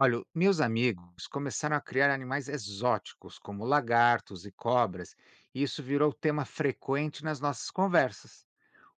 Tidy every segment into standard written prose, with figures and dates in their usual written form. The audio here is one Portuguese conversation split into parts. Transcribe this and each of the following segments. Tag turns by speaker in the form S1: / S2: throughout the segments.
S1: Olha, meus amigos começaram a criar animais exóticos, como lagartos e cobras, e isso virou tema frequente nas nossas conversas.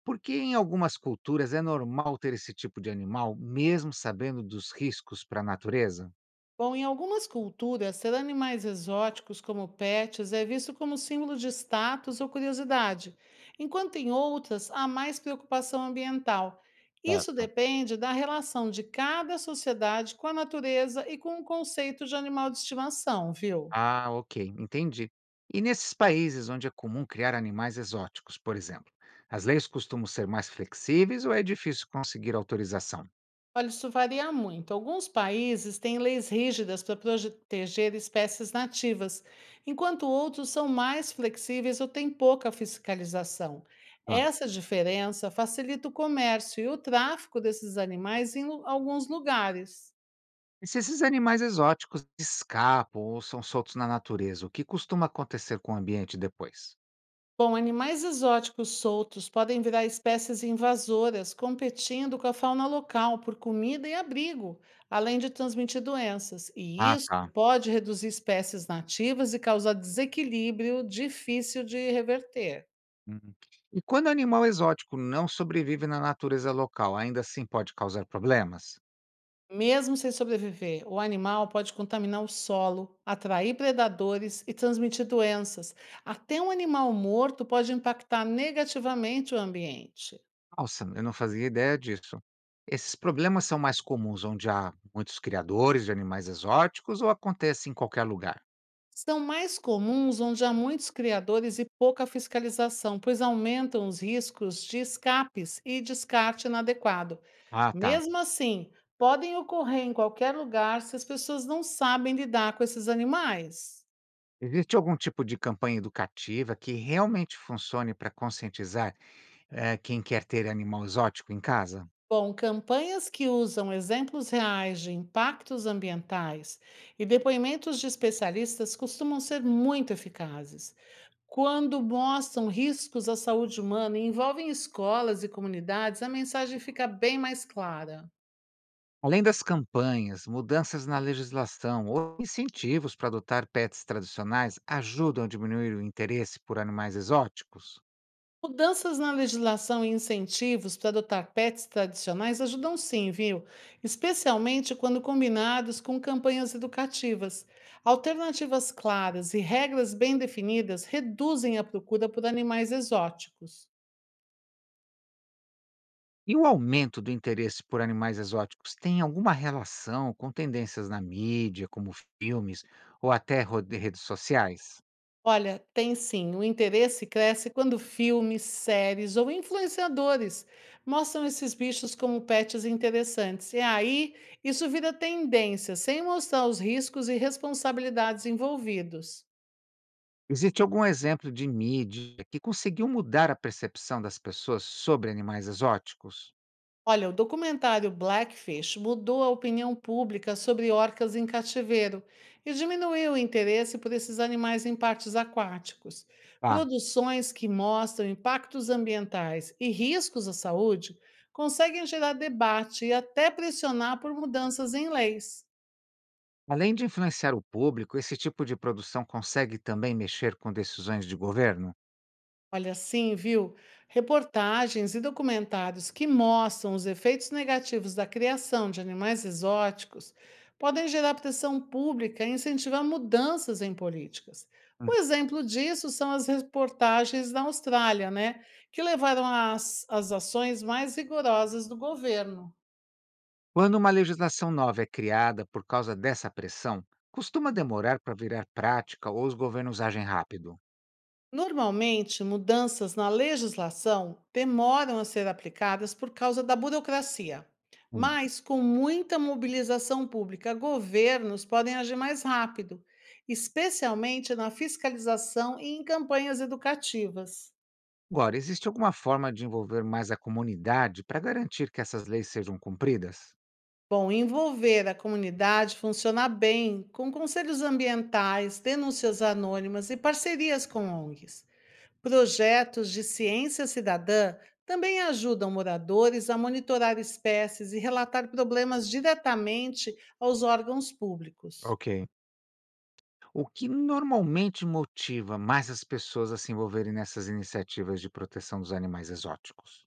S1: Por que em algumas culturas é normal ter esse tipo de animal, mesmo sabendo dos riscos para a natureza?
S2: Bom, em algumas culturas, ter animais exóticos como pets é visto como símbolo de status ou curiosidade, enquanto em outras há mais preocupação ambiental. Isso
S1: Certo.
S2: depende da relação de cada sociedade com a natureza e com o conceito de animal de estimação, viu?
S1: Ah, ok, entendi. E nesses países onde é comum criar animais exóticos, por exemplo, as leis costumam ser mais flexíveis ou é difícil conseguir autorização?
S2: Olha, isso varia muito. Alguns países têm leis rígidas para proteger espécies nativas, enquanto outros são mais flexíveis ou têm pouca fiscalização.
S1: Tá.
S2: Essa diferença facilita o comércio e o tráfico desses animais em alguns lugares.
S1: E se esses animais exóticos escapam ou são soltos na natureza, o que costuma acontecer com o ambiente depois?
S2: Bom, animais exóticos soltos podem virar espécies invasoras, competindo com a fauna local por comida e abrigo, além de transmitir doenças. E
S1: Ah,
S2: isso
S1: tá.
S2: pode reduzir espécies nativas e causar desequilíbrio difícil de reverter.
S1: Uhum. E quando o animal exótico não sobrevive na natureza local, ainda assim pode causar problemas?
S2: Mesmo sem sobreviver, o animal pode contaminar o solo, atrair predadores e transmitir doenças. Até um animal morto pode impactar negativamente o ambiente.
S1: Nossa, eu não fazia ideia disso. Esses problemas são mais comuns onde há muitos criadores de animais exóticos ou acontece em qualquer lugar?
S2: São mais comuns onde há muitos criadores e pouca fiscalização, pois aumentam os riscos de escapes e descarte inadequado.
S1: Ah, tá.
S2: Mesmo assim, podem ocorrer em qualquer lugar se as pessoas não sabem lidar com esses animais.
S1: Existe algum tipo de campanha educativa que realmente funcione para conscientizar quem quer ter animal exótico em casa?
S2: Bom, campanhas que usam exemplos reais de impactos ambientais e depoimentos de especialistas costumam ser muito eficazes. Quando mostram riscos à saúde humana e envolvem escolas e comunidades, a mensagem fica bem mais clara.
S1: Além das campanhas, mudanças na legislação ou incentivos para adotar pets tradicionais ajudam a diminuir o interesse por animais exóticos?
S2: Mudanças na legislação e incentivos para adotar pets tradicionais ajudam sim, viu? Especialmente quando combinados com campanhas educativas. Alternativas claras e regras bem definidas reduzem a procura por animais exóticos.
S1: E o aumento do interesse por animais exóticos tem alguma relação com tendências na mídia, como filmes ou de redes sociais?
S2: Olha, tem sim. O interesse cresce quando filmes, séries ou influenciadores mostram esses bichos como pets interessantes. E aí, isso vira tendência, sem mostrar os riscos e responsabilidades envolvidos.
S1: Existe algum exemplo de mídia que conseguiu mudar a percepção das pessoas sobre animais exóticos?
S2: Olha, o documentário Blackfish mudou a opinião pública sobre orcas em cativeiro e diminuiu o interesse por esses animais em partes aquáticos.
S1: Tá.
S2: Produções que mostram impactos ambientais e riscos à saúde conseguem gerar debate e até pressionar por mudanças em leis.
S1: Além de influenciar o público, esse tipo de produção consegue também mexer com decisões de governo?
S2: Olha, sim, viu? Reportagens e documentários que mostram os efeitos negativos da criação de animais exóticos podem gerar pressão pública e incentivar mudanças em políticas.
S1: Uhum.
S2: Um exemplo disso são as reportagens da Austrália, né? Que levaram às ações mais rigorosas do governo.
S1: Quando uma legislação nova é criada por causa dessa pressão, costuma demorar para virar prática ou os governos agem rápido?
S2: Normalmente, mudanças na legislação demoram a ser aplicadas por causa da burocracia,
S1: Hum.
S2: mas com muita mobilização pública, governos podem agir mais rápido, especialmente na fiscalização e em campanhas educativas.
S1: Agora, existe alguma forma de envolver mais a comunidade para garantir que essas leis sejam cumpridas?
S2: Bom, envolver a comunidade funciona bem com conselhos ambientais, denúncias anônimas e parcerias com ONGs. Projetos de ciência cidadã também ajudam moradores a monitorar espécies e relatar problemas diretamente aos órgãos públicos.
S1: Ok. O que normalmente motiva mais as pessoas a se envolverem nessas iniciativas de proteção dos animais exóticos?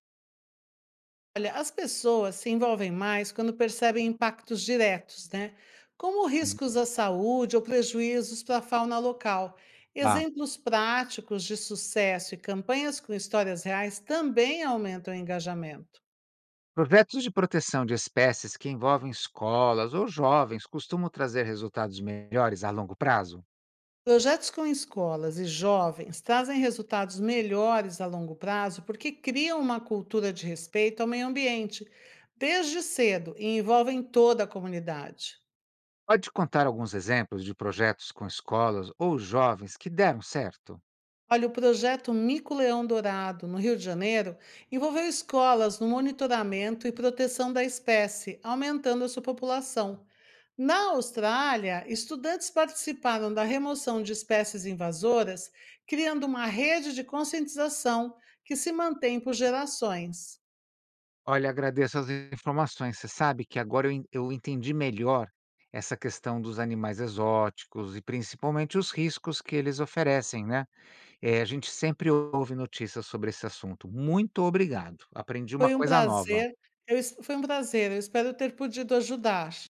S2: Olha, as pessoas se envolvem mais quando percebem impactos diretos, né? Como
S1: Hum.
S2: riscos à saúde ou prejuízos para a fauna local.
S1: Ah,
S2: Exemplos práticos de sucesso e campanhas com histórias reais também aumentam o engajamento.
S1: projetos de proteção de espécies que envolvem escolas ou jovens costumam trazer resultados melhores a longo prazo?
S2: Projetos com escolas e jovens trazem resultados melhores a longo prazo porque criam uma cultura de respeito ao meio ambiente desde cedo e envolvem toda a comunidade.
S1: Pode contar alguns exemplos de projetos com escolas ou jovens que deram certo?
S2: Olha, o projeto Mico Leão Dourado, no Rio de Janeiro, envolveu escolas no monitoramento e proteção da espécie, aumentando a sua população. Na Austrália, estudantes participaram da remoção de espécies invasoras, criando uma rede de conscientização que se mantém por gerações.
S1: Olha, agradeço as informações. Você sabe que agora eu entendi melhor essa questão dos animais exóticos e principalmente os riscos que eles oferecem, né? A gente sempre ouve notícias sobre esse assunto. Muito obrigado. Aprendi uma
S2: Foi um
S1: coisa nova.
S2: prazer, foi um prazer, eu espero ter podido ajudar.